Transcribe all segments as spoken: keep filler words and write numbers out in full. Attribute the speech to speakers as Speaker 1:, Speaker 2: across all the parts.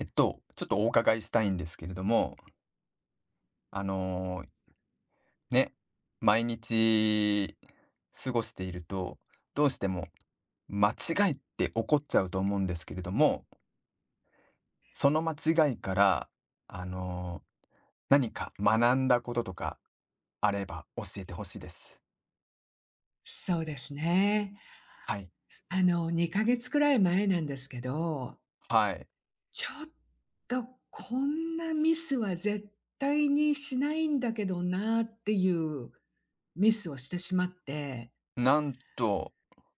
Speaker 1: えっと、ちょっとお伺いしたいんですけれども、あのね、毎日過ごしていると、どうしても間違いって起こっちゃうと思うんですけれども、その間違いから、あの何か学んだこととかあれば教えてほしいです。
Speaker 2: そうですね。
Speaker 1: はい。
Speaker 2: あの、にかげつくらい前なんですけど、
Speaker 1: はい。
Speaker 2: ちょっとこんなミスは絶対にしないんだけどなっていうミスをしてしまって、
Speaker 1: なんと、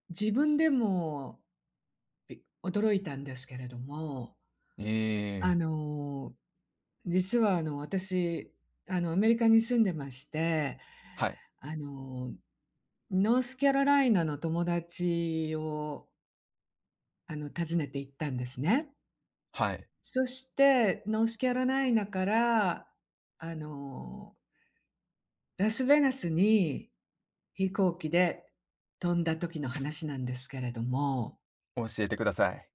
Speaker 2: 自分でもび驚いたんですけれども、
Speaker 1: え
Speaker 2: あ
Speaker 1: え、
Speaker 2: の実はあの、私、あの、アメリカに住んでまして、
Speaker 1: はい。
Speaker 2: あの、ノースキャロライナの友達を、あの、訪ねて行ったんですね。
Speaker 1: はい。
Speaker 2: そして、ノースキャロライナから、あの、ラスベガスに飛行機で飛んだ時の話なんですけれども、
Speaker 1: 教えてください。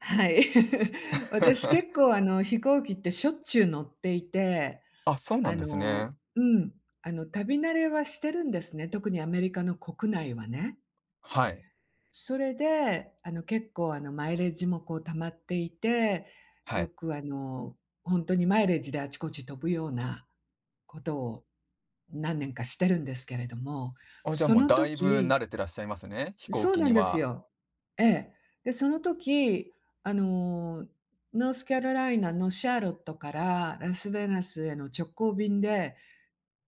Speaker 2: はい。私結 構あの、飛行機ってしょっちゅう乗っていて
Speaker 1: あ、そうな
Speaker 2: あ
Speaker 1: んです
Speaker 2: の
Speaker 1: ね。
Speaker 2: うん、あの、旅慣れはしてるんですね、特にアメリカの国内はね。
Speaker 1: はい。
Speaker 2: それで、あの、結構、あの、マイレージもこう溜まっていて、
Speaker 1: は
Speaker 2: よ
Speaker 1: い。
Speaker 2: く、あの、ほんとにマイレージであちこち飛ぶようなことを何年かしてるんですけれども、
Speaker 1: あ、じゃあ、
Speaker 2: そ
Speaker 1: もう
Speaker 2: の
Speaker 1: だいぶ
Speaker 2: 時
Speaker 1: 慣れてらっしゃいますね、飛行
Speaker 2: そう
Speaker 1: 機
Speaker 2: な
Speaker 1: に
Speaker 2: んです
Speaker 1: は。
Speaker 2: よ。ええ。で、その時、あの、ノースカロライナのシャーロットからラスベガスへの直行便で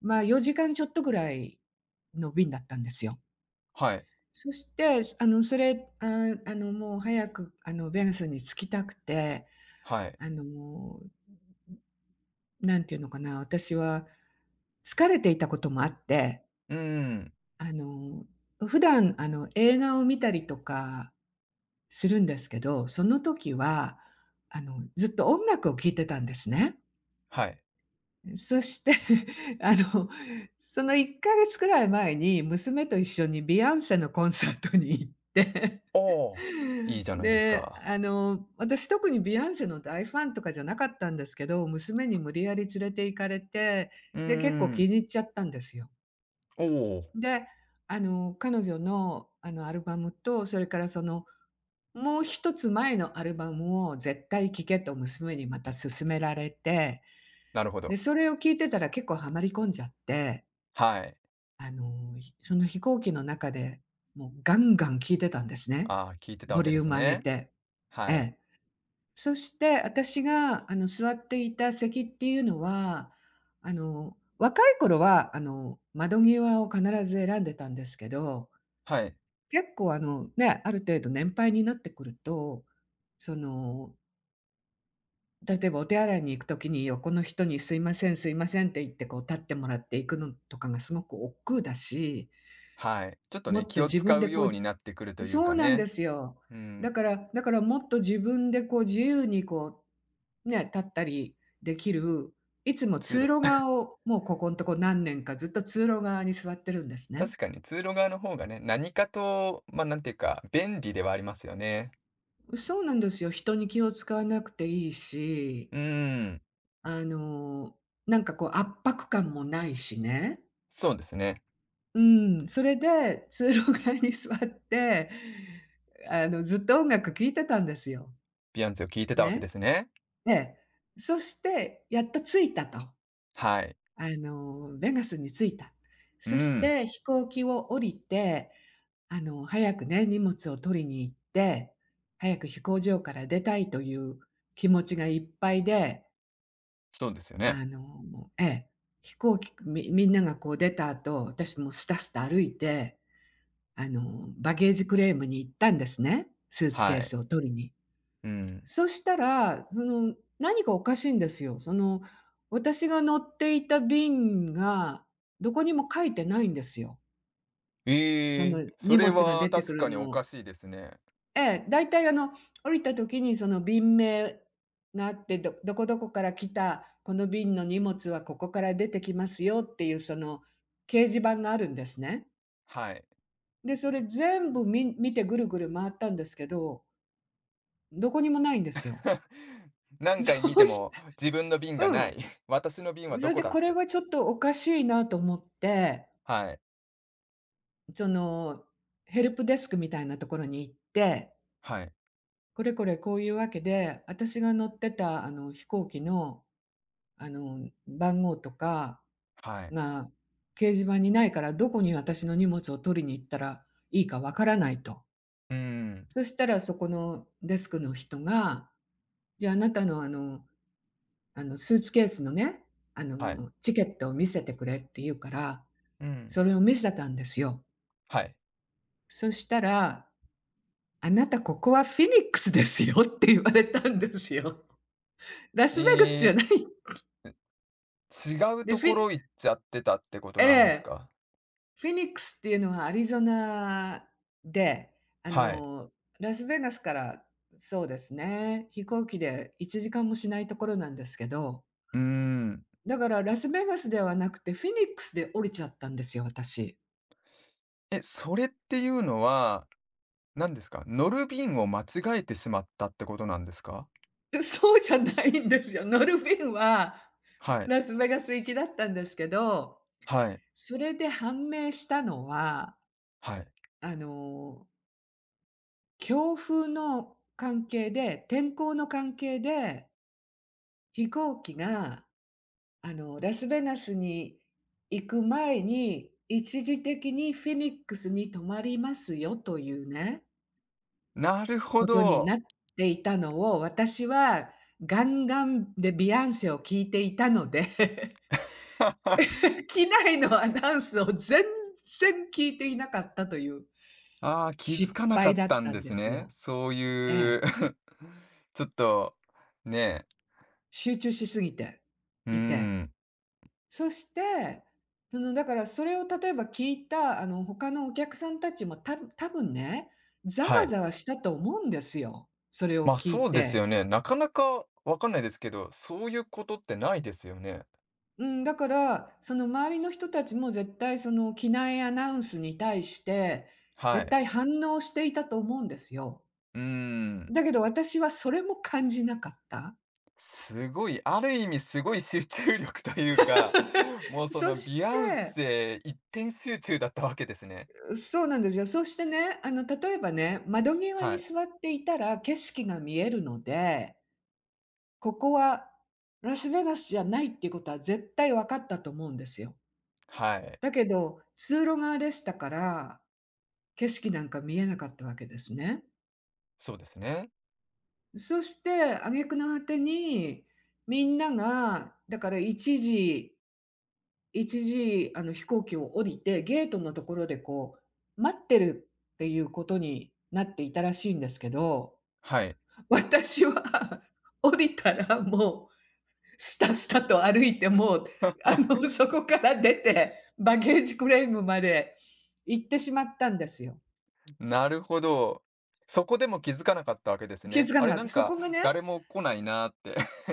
Speaker 2: まあ、よじかんちょっとぐらいの便だったんですよ。
Speaker 1: はい、
Speaker 2: そして、あの、それ、ああの、もう早く、あの、ベガスに着きたくて、
Speaker 1: はい。
Speaker 2: あの、なんていうのかな、私は疲れていたこともあって、
Speaker 1: うーん、
Speaker 2: あの、普段、あの、映画を見たりとかするんですけど、その時は、あの、ずっと音楽を聴いてたんですね。
Speaker 1: はい。
Speaker 2: そして あの、そのいっかげつくらい前に、娘と一緒にビアンセのコンサートに行って
Speaker 1: おお、いいじ ゃないです
Speaker 2: で、
Speaker 1: か。
Speaker 2: あの、私特にビアンセの大ファンとかじゃなかったんですけど、娘に無理やり連れて行かれて、
Speaker 1: うー
Speaker 2: で、結構気
Speaker 1: ん、
Speaker 2: に入っちゃったんですよ。
Speaker 1: おお、
Speaker 2: で、あの、彼女の、あの、アルバムと、それからその、もう一つ前のアルバムを絶対聴けと娘にまた勧められて
Speaker 1: なるほ
Speaker 2: で、
Speaker 1: ど。
Speaker 2: それを聞いてたら結構はまり込んじゃって、
Speaker 1: はい。
Speaker 2: あの、ひその飛行機の中で、もうガンガン聞いてたんですね。
Speaker 1: ああ、聞いてたわ
Speaker 2: ボ
Speaker 1: け
Speaker 2: リ
Speaker 1: で
Speaker 2: ュー
Speaker 1: す
Speaker 2: ム上げ
Speaker 1: ね。
Speaker 2: て。え
Speaker 1: はい、
Speaker 2: え。そして私が、あの、座っていた席っていうのは、あの、若い頃は、あの、窓際を必ず選んでたんですけど、
Speaker 1: はい、
Speaker 2: 結構あの、ね、ある程度年配になってくると、その、例えばお手洗いに行く時に横の人に「すいません、すいません」って言って、こう立ってもらって行くのとかがすごく億劫だし、
Speaker 1: はい。ちょっと
Speaker 2: も
Speaker 1: ね、
Speaker 2: っ
Speaker 1: 気
Speaker 2: と
Speaker 1: を
Speaker 2: 自
Speaker 1: 使
Speaker 2: 分で
Speaker 1: う
Speaker 2: こ
Speaker 1: ようになっ
Speaker 2: う
Speaker 1: てくるという
Speaker 2: そう
Speaker 1: か
Speaker 2: なんで
Speaker 1: ね。
Speaker 2: すよ。
Speaker 1: う
Speaker 2: だ
Speaker 1: ん、
Speaker 2: からだからもっと自分でこう自由にこう、ね、立ったりできる、いつも
Speaker 1: 通
Speaker 2: 通
Speaker 1: 路
Speaker 2: 路側を、もうここんとこ何年かずっと通路側に座ってるんですね。
Speaker 1: 確かに通路側の方がね、何かと、ま、あなんていうか、便利ではありますよね。
Speaker 2: そうなんですよ。人に気を使わなくていいし、
Speaker 1: うーん、
Speaker 2: あの、なんかこう圧迫感もないしね。
Speaker 1: そうですね。
Speaker 2: うん、それで通路側に座って、あの、ずっと音楽聴いてたんですよ。
Speaker 1: ビアンズを聞いてたわけで
Speaker 2: ね。
Speaker 1: すね。
Speaker 2: ええ。そして、やっと着いたと。
Speaker 1: はい。
Speaker 2: あの、ベガスに着いた。
Speaker 1: う
Speaker 2: そし
Speaker 1: ん、
Speaker 2: て飛行機を降りて、あの、早くね、荷物を取りに行って、早く飛行場から出たいという気持ちがいっぱいで、
Speaker 1: そうですよね。
Speaker 2: あの、ええ、飛行機みみんながこう出た後、私もスタスタ歩いてあの、バゲージクレームに行ったんですね、スーツ
Speaker 1: は
Speaker 2: ケー
Speaker 1: い。
Speaker 2: スを取りに。
Speaker 1: うん。
Speaker 2: そしたら、その、何かおかしいんですよ。その、私が乗っていた便が、どこにも書いてないんですよ。
Speaker 1: え
Speaker 2: そ
Speaker 1: え、
Speaker 2: の、
Speaker 1: そ
Speaker 2: 荷
Speaker 1: れ
Speaker 2: 物が
Speaker 1: は
Speaker 2: 出てく
Speaker 1: 確か
Speaker 2: る
Speaker 1: にお
Speaker 2: の
Speaker 1: か
Speaker 2: を
Speaker 1: しいですね。
Speaker 2: ええ、だいたいあの、降りた時にその便名があって、どどこどこから来た、この便の荷物はここから出てきますよっていう、その、掲示板があるんですね。
Speaker 1: はい。
Speaker 2: で、それ全部み見てぐるぐる回ったんですけどどこにもないんですよ。
Speaker 1: 何回見
Speaker 2: そ
Speaker 1: て
Speaker 2: うし
Speaker 1: も自分の便
Speaker 2: た
Speaker 1: が
Speaker 2: う
Speaker 1: な
Speaker 2: ん。
Speaker 1: い。私の便は
Speaker 2: そ
Speaker 1: ど
Speaker 2: れ
Speaker 1: こ
Speaker 2: で
Speaker 1: だっ
Speaker 2: これ
Speaker 1: て。
Speaker 2: はちょっとおかしいなと思って、
Speaker 1: はい。
Speaker 2: その、ヘルプデスクみたいなところに行って、
Speaker 1: はい。
Speaker 2: これこれこういうわけで、私が乗ってたあの飛行機の、あの、番号とか
Speaker 1: はい。
Speaker 2: が掲示板にないから、どこに私の荷物を取りに行ったらいいかわからないと。
Speaker 1: うーん。
Speaker 2: そしたらそこのデスクの人が、じゃあ、あなたのあのあの、スーツケースのね、あ
Speaker 1: はい。
Speaker 2: の、チケットを見せてくれって言うから、
Speaker 1: うん。
Speaker 2: それを見せたんですよ。
Speaker 1: はい。
Speaker 2: そしたら、あなたここはフィニックスですよって言われたんですよ。ラスベガスじ
Speaker 1: え
Speaker 2: ゃない。
Speaker 1: ー、違う
Speaker 2: で、
Speaker 1: と
Speaker 2: フ
Speaker 1: こ
Speaker 2: ィ
Speaker 1: ろ行っちゃってたってこと
Speaker 2: え
Speaker 1: なんです
Speaker 2: え、
Speaker 1: か？
Speaker 2: フィニックスっていうのはアリゾナで、あ
Speaker 1: はい。
Speaker 2: の、ラスベガスからそうですね、飛行機でいちじかんもしないところなんですけど、
Speaker 1: うーん。
Speaker 2: だからラスベガスではなくて、フィニックスで降りちゃったんですよ、私。
Speaker 1: え、それっていうのは、何ですか、乗る便を間違えてしまったってことなんですか？
Speaker 2: そうじゃないんですよ。乗る便は、
Speaker 1: はい。
Speaker 2: ラスベガス行きだったんですけど、
Speaker 1: はい。
Speaker 2: それで判明したのは、
Speaker 1: はい。
Speaker 2: あの、強風の関係で、天候の関係で、飛行機が、あの、ラスベガスに行く前に、一時的にフェニックスに泊まりますよというね、
Speaker 1: なるほ
Speaker 2: ことに
Speaker 1: ど。
Speaker 2: なっていたのを、私はガンガンでビヨンセを聴いていたので 機内のアナウンスを全然聞いていなかったという
Speaker 1: ああ、気づ
Speaker 2: 失
Speaker 1: かなか
Speaker 2: 敗
Speaker 1: っ
Speaker 2: だっ
Speaker 1: たん
Speaker 2: た
Speaker 1: で
Speaker 2: んで
Speaker 1: す
Speaker 2: す
Speaker 1: ね。
Speaker 2: よ。
Speaker 1: そう
Speaker 2: え
Speaker 1: い
Speaker 2: え。
Speaker 1: う ちょっと、ねえ、
Speaker 2: 集中しすぎて
Speaker 1: うー
Speaker 2: いて。
Speaker 1: ん、
Speaker 2: そして、その、だからそれを例えば聞いた、あの、他のお客さんたちもた多分ね、ざ
Speaker 1: は
Speaker 2: わ
Speaker 1: い。
Speaker 2: ざわしたと思うんですよ、それを
Speaker 1: まあ
Speaker 2: 聞い
Speaker 1: そうですよ
Speaker 2: て。
Speaker 1: ね。なかなかわかんないですけど、そういうことってないですよね。
Speaker 2: うん、だから、その周りの人たちも絶対その機内アナウンスに対して、
Speaker 1: は
Speaker 2: 絶
Speaker 1: い。
Speaker 2: 対反応していたと思うんですよ。
Speaker 1: うーん。
Speaker 2: だけど私はそれも感じなかった。
Speaker 1: すごい、ある意味すごい集中力というか、もうそ
Speaker 2: そ
Speaker 1: の
Speaker 2: し
Speaker 1: ビアン
Speaker 2: て、
Speaker 1: セ一点集中だったわけですね。
Speaker 2: そうなんですよ。そしてね、あの、例えばね、窓際
Speaker 1: は
Speaker 2: に
Speaker 1: い。
Speaker 2: 座っていたら景色が見えるので、ここはラスベガスじゃないっていうことは絶対分かったと思うんですよ。
Speaker 1: はい。
Speaker 2: だけど、通路側でしたから、景色なんか見えなかったわけですね。
Speaker 1: そうですね。
Speaker 2: そして挙句の果てに、みんなが、だから一時一時、あの、飛行機を降りて、ゲートのところで、こう、待ってるっていうことになっていたらしいんですけど、
Speaker 1: はい。
Speaker 2: 私は 降りたらもう、スタスタと歩いて、もう、あの、そ こから出て、バゲージクレームまで行ってしまったんですよ。
Speaker 1: なるほど。そこでも気づかなかったわけです
Speaker 2: 気
Speaker 1: ね。
Speaker 2: づか
Speaker 1: あ
Speaker 2: な
Speaker 1: れ、
Speaker 2: かっ
Speaker 1: な
Speaker 2: た。
Speaker 1: ん
Speaker 2: そ
Speaker 1: か、
Speaker 2: こがね、
Speaker 1: 誰も来ないなーって。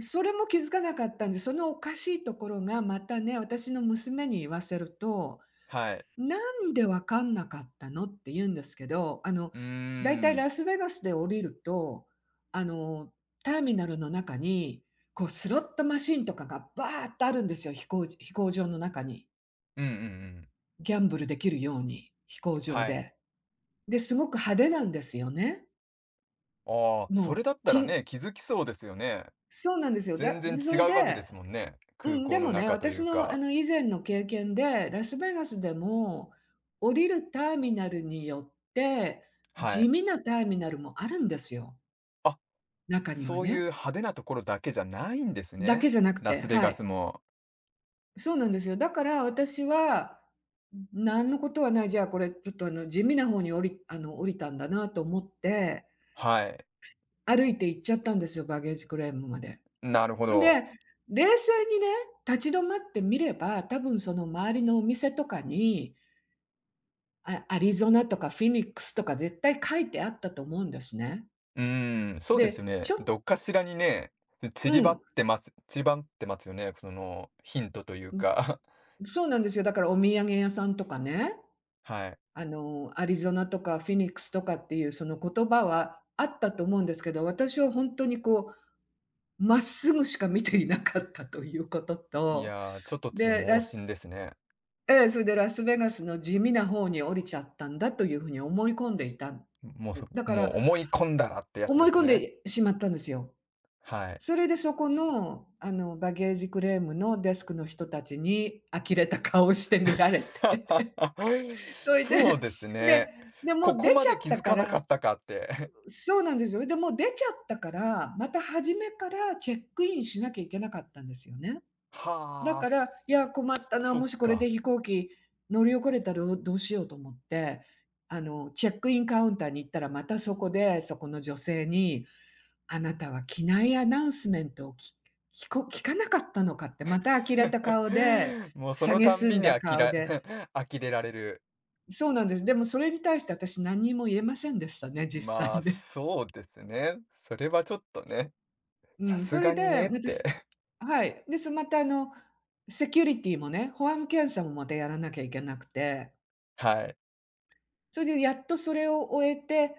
Speaker 2: それも気づかなかったんで、そのおかしいところがまたね、私の娘に言わせると
Speaker 1: はい。
Speaker 2: 「なんで分かんなかったの？」って言うんですけど、あの、
Speaker 1: うー
Speaker 2: だいたい
Speaker 1: ん。
Speaker 2: ラスベガスで降りると、あの、ターミナルの中に、こうスロットマシンとかがバーっとあるんですよ、飛行飛行場の中に。
Speaker 1: うんうんうん。
Speaker 2: ギャンブルできるように、飛行場
Speaker 1: はい。
Speaker 2: で。で、すごく派手なんですよね。
Speaker 1: ああ、そ
Speaker 2: もう、
Speaker 1: れだったら
Speaker 2: きん
Speaker 1: ね、気づきそうですよね。
Speaker 2: そうなんですよ。
Speaker 1: 全
Speaker 2: だ、
Speaker 1: 然違
Speaker 2: それ
Speaker 1: うわけで
Speaker 2: で
Speaker 1: すもんね。
Speaker 2: う
Speaker 1: 空
Speaker 2: ん、で
Speaker 1: 港の
Speaker 2: もね、
Speaker 1: 中とい
Speaker 2: 私
Speaker 1: う
Speaker 2: のあ
Speaker 1: か。
Speaker 2: の以前の経験で、ラスベガスでも降りるターミナルによって、
Speaker 1: は
Speaker 2: 地
Speaker 1: い。
Speaker 2: 味なターミナルもあるんですよ、
Speaker 1: あ、
Speaker 2: 中には
Speaker 1: そういう
Speaker 2: ね。
Speaker 1: 派手なところだけじゃないんです
Speaker 2: だ
Speaker 1: ね。
Speaker 2: けじゃなく
Speaker 1: ラ
Speaker 2: て、
Speaker 1: スベ
Speaker 2: は
Speaker 1: ガス
Speaker 2: い。
Speaker 1: も。
Speaker 2: そうなんですよ。だから私は、何のことはない、じゃあこれちょっとあの地味な方に降りあの降りたんだなと思って、
Speaker 1: はい。
Speaker 2: す歩いて行っちゃったんですよ、バゲージクレームまで。
Speaker 1: なるほど。
Speaker 2: で、冷静にね、立ち止まってみれば、多分その周りのお店とかに、あ、アリゾナとかフィニックスとか絶対書いてあったと思うんですね。
Speaker 1: うーん、そうです
Speaker 2: で、
Speaker 1: ね。
Speaker 2: ちょ
Speaker 1: どっかしらにね、散り
Speaker 2: う
Speaker 1: ば
Speaker 2: ん、
Speaker 1: ってます。散りばってますよね。そのヒントという
Speaker 2: うん、
Speaker 1: か。
Speaker 2: そうなんですよ。だからお土産屋さんとかね、
Speaker 1: はい。
Speaker 2: あの、アリゾナとかフィニックスとかっていうその言葉はあったと思うんですけど、私は本当にこう、まっすぐしか見ていなかったということ
Speaker 1: い
Speaker 2: と、
Speaker 1: やー、ちょっと突
Speaker 2: で、
Speaker 1: 猛
Speaker 2: ラス
Speaker 1: 進ですね。
Speaker 2: ええ、それでラスベガスの地味な方に降りちゃったんだというふうに思い込んでいた。
Speaker 1: もうそ
Speaker 2: だか
Speaker 1: も
Speaker 2: ら
Speaker 1: う思い込んだらってやつ
Speaker 2: 思
Speaker 1: で
Speaker 2: い
Speaker 1: す
Speaker 2: 込ん
Speaker 1: ね。
Speaker 2: でしまったんですよ。
Speaker 1: はい。
Speaker 2: それでそこの、あの、バゲージクレームのデスクの人たちに呆れた顔して見られて、それで、
Speaker 1: そう
Speaker 2: で、
Speaker 1: ですね。
Speaker 2: で、も
Speaker 1: こ
Speaker 2: う出
Speaker 1: こ
Speaker 2: ちゃっ
Speaker 1: まで気
Speaker 2: た
Speaker 1: づ
Speaker 2: か
Speaker 1: かなか
Speaker 2: ら、
Speaker 1: ったかって。
Speaker 2: そうなんですよ。で、もう出ちゃったから、また初めからチェックインしなきゃいけなかったんですよね。だ
Speaker 1: はあ、
Speaker 2: から、い
Speaker 1: そ
Speaker 2: や、困ったな、
Speaker 1: そっ
Speaker 2: もしこれ
Speaker 1: か。
Speaker 2: で飛行機乗り遅れたらどうしようと思って、あの、チェックインカウンターに行ったら、またそこで、そこの女性に、あなたは機内アナウンスメントをき聞こ聞かなかったのかって、また呆れた顔で、
Speaker 1: もうそのたん
Speaker 2: 蔑
Speaker 1: び
Speaker 2: ん
Speaker 1: に
Speaker 2: だ
Speaker 1: あき
Speaker 2: 顔
Speaker 1: ら
Speaker 2: で、
Speaker 1: 呆れられる。
Speaker 2: そうなんです。でもそれに対して私何にも言えませんでしたね、実
Speaker 1: まあ、
Speaker 2: 際ね。
Speaker 1: そうですね。それはちょっとね。
Speaker 2: う
Speaker 1: さ
Speaker 2: ん、
Speaker 1: す
Speaker 2: それ
Speaker 1: がに
Speaker 2: で、
Speaker 1: ねっ
Speaker 2: また
Speaker 1: て、
Speaker 2: す はい。です、またあの、セキュリティもね、保安検査もまたやらなきゃいけなくて、
Speaker 1: はい。
Speaker 2: それでやっとそれを終えて、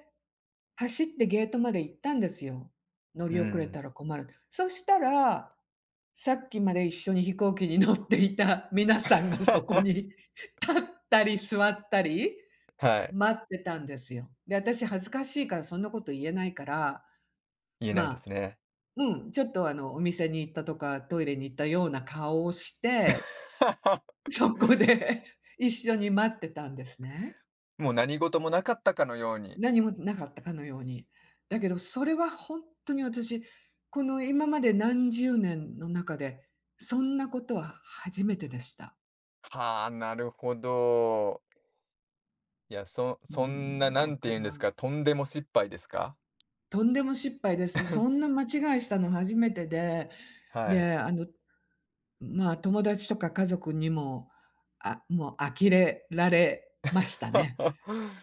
Speaker 2: 走ってゲートまで行ったんですよ。乗
Speaker 1: う
Speaker 2: り遅れ
Speaker 1: ん。
Speaker 2: たら困る。そしたら、さっきまで一緒に飛行機に乗っていた 皆さんがそこ に 立ったり座ったり、
Speaker 1: はい、
Speaker 2: 待ってたんですよ。で、私恥ずかしいからそんなこと言えないから、
Speaker 1: 言えない
Speaker 2: ま
Speaker 1: で
Speaker 2: あ、
Speaker 1: すね。
Speaker 2: うん、ちょっとあの、お店に行ったとか、トイレに行ったような顔をして、そこで 一緒に待ってたんですね。
Speaker 1: もう何事もなかったかのように。
Speaker 2: 何もなかったかのように。だけどそれはほんとに私、この今までなんじゅうねんの中で、そんなことは初めてでした。
Speaker 1: はあ、なるほど。いや、そ
Speaker 2: う
Speaker 1: そん
Speaker 2: ー
Speaker 1: な、
Speaker 2: ん、
Speaker 1: な
Speaker 2: だ
Speaker 1: んて
Speaker 2: か
Speaker 1: 言うんです
Speaker 2: ら、
Speaker 1: か、とんでも失敗ですか？
Speaker 2: とんでも失敗です。そんな 間違いしたの初めてで、
Speaker 1: はい。
Speaker 2: で、あの、まあ、友達とか家族にも、あ、もう呆れられましたね。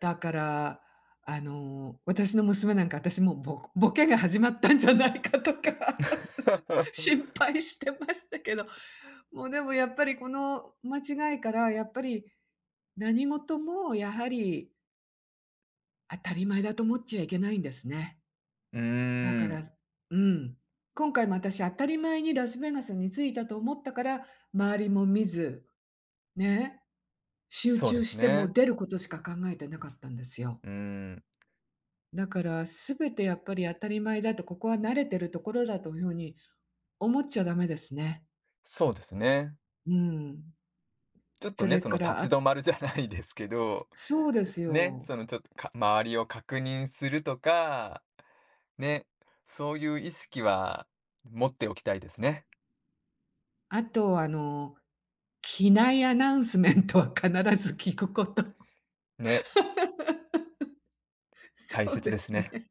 Speaker 2: だから、あの、私の娘なんか、私もうボボケが始まったんじゃないかとか 心配してましたけど、もうでもやっぱりこの間違いから、やっぱり何事もやはり当たり前だと思っちゃいけないんですね。
Speaker 1: うー
Speaker 2: だから、
Speaker 1: ん、
Speaker 2: うん。今回も私当たり前にラスベガスに着いたと思ったから、周りも見ず、ね、集
Speaker 1: そうで
Speaker 2: 中
Speaker 1: す
Speaker 2: してもう
Speaker 1: ね。
Speaker 2: 出ることしか考えてなかったんですよ。
Speaker 1: うーん、
Speaker 2: だから全て、やっぱり当たり前だと、ここは慣れてるところだというふうに思っちゃダメですね。
Speaker 1: そうですね。
Speaker 2: うん。
Speaker 1: ちょっと
Speaker 2: そ
Speaker 1: ね、
Speaker 2: れ
Speaker 1: その
Speaker 2: から、
Speaker 1: 立
Speaker 2: あ、
Speaker 1: ち止まるじゃないですけど
Speaker 2: そうです
Speaker 1: ね、
Speaker 2: よ。
Speaker 1: そのちょっとか周りを確認するとか、ね、そういう意識は持っておきたいですね。
Speaker 2: あとあの、機内アナウンスメントは必ず聞くこと。
Speaker 1: ね、大
Speaker 2: そう
Speaker 1: 切
Speaker 2: で
Speaker 1: です
Speaker 2: す
Speaker 1: ね。
Speaker 2: ね。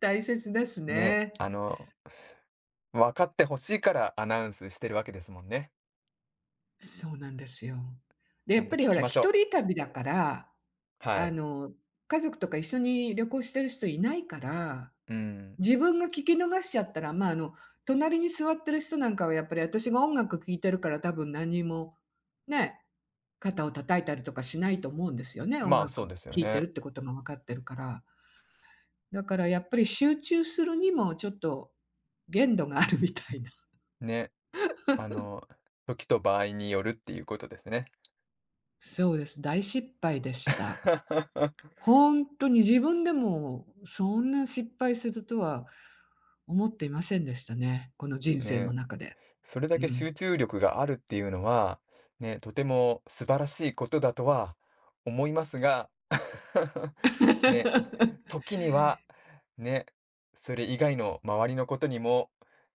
Speaker 2: 大切です
Speaker 1: ね、
Speaker 2: ね。
Speaker 1: あの、分かってほしいからアナウンスしてるわけですもんね。
Speaker 2: そうなんですよ。で、
Speaker 1: ち
Speaker 2: や
Speaker 1: ゃ
Speaker 2: っ
Speaker 1: んと
Speaker 2: ぱり
Speaker 1: 聞
Speaker 2: ほ
Speaker 1: き
Speaker 2: ら、
Speaker 1: ましょ
Speaker 2: 一人旅だから、
Speaker 1: う。は
Speaker 2: あ
Speaker 1: い。
Speaker 2: の、家族とか一緒に旅行してる人いないから、
Speaker 1: うん。
Speaker 2: 自分が聞き逃しちゃったら、まあ、あの、隣に座ってる人なんかはやっぱり私が音楽聴いてるから多分何も、ね、肩を叩いたりとかしないと思うんですよね、音
Speaker 1: まあそ
Speaker 2: 楽
Speaker 1: う
Speaker 2: 聴
Speaker 1: ですよ
Speaker 2: いてる
Speaker 1: ね。
Speaker 2: ってことが分かってるから。だからやっぱり集中するにもちょっと限度があるみたいな。
Speaker 1: ね、あの、時と場合によるっていうことですね。
Speaker 2: そうです、大失敗でした。ほんとに自分でも、そんな失敗するとは思っていませんでしたね、この人生の
Speaker 1: ね。
Speaker 2: 中で。
Speaker 1: それだ
Speaker 2: う
Speaker 1: け
Speaker 2: ん。
Speaker 1: 集中力があるっていうのは、ね、とても素晴らしいことだとは思いますが、ね、時には、ね、それ以外の周りのことにも、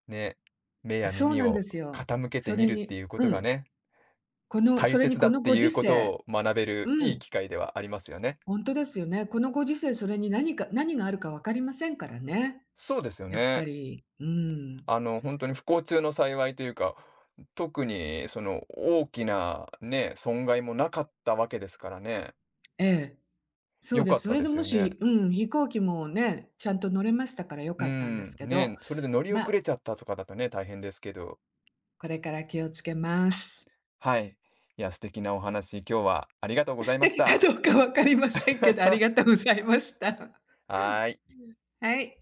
Speaker 1: ね、目や
Speaker 2: そう
Speaker 1: 耳
Speaker 2: なんで
Speaker 1: を
Speaker 2: すよ。
Speaker 1: 傾けて
Speaker 2: そ
Speaker 1: み
Speaker 2: れ
Speaker 1: るって
Speaker 2: に、
Speaker 1: いうこと
Speaker 2: う
Speaker 1: が
Speaker 2: ん、
Speaker 1: ね、
Speaker 2: この、
Speaker 1: 大
Speaker 2: それに、
Speaker 1: 切だ
Speaker 2: こ
Speaker 1: っ
Speaker 2: の
Speaker 1: て
Speaker 2: ご
Speaker 1: い
Speaker 2: 時
Speaker 1: うこと
Speaker 2: 世、
Speaker 1: を学べる
Speaker 2: う
Speaker 1: いい
Speaker 2: ん、
Speaker 1: 機会ではありますよね。
Speaker 2: ほんとですよね。このご時世、それに何か何があるか分かりませんからね、
Speaker 1: そうですよ
Speaker 2: やっぱ
Speaker 1: ね。
Speaker 2: り。うーん。
Speaker 1: あの、本当に不幸中の幸いというか、特にその大きなね、損害もなかったわけですからね。
Speaker 2: ええ、そう
Speaker 1: 良
Speaker 2: で
Speaker 1: か
Speaker 2: す。
Speaker 1: っ
Speaker 2: そ
Speaker 1: た
Speaker 2: れ
Speaker 1: で
Speaker 2: で
Speaker 1: す
Speaker 2: も
Speaker 1: よね。
Speaker 2: し、うん、飛行機もね、ちゃんと乗れましたから良
Speaker 1: う
Speaker 2: か
Speaker 1: ー
Speaker 2: ったんです
Speaker 1: ん、
Speaker 2: けど、
Speaker 1: ね、それで乗り遅
Speaker 2: ま、
Speaker 1: れちゃったとかだとね、大変ですけど。
Speaker 2: これから気をつけます。
Speaker 1: はい。いや、素敵なお話、今日はありがとうござい
Speaker 2: 素
Speaker 1: まし
Speaker 2: 敵か
Speaker 1: た。
Speaker 2: どうかわかりませんけど、あ りがとうございました。
Speaker 1: はーい。
Speaker 2: はい。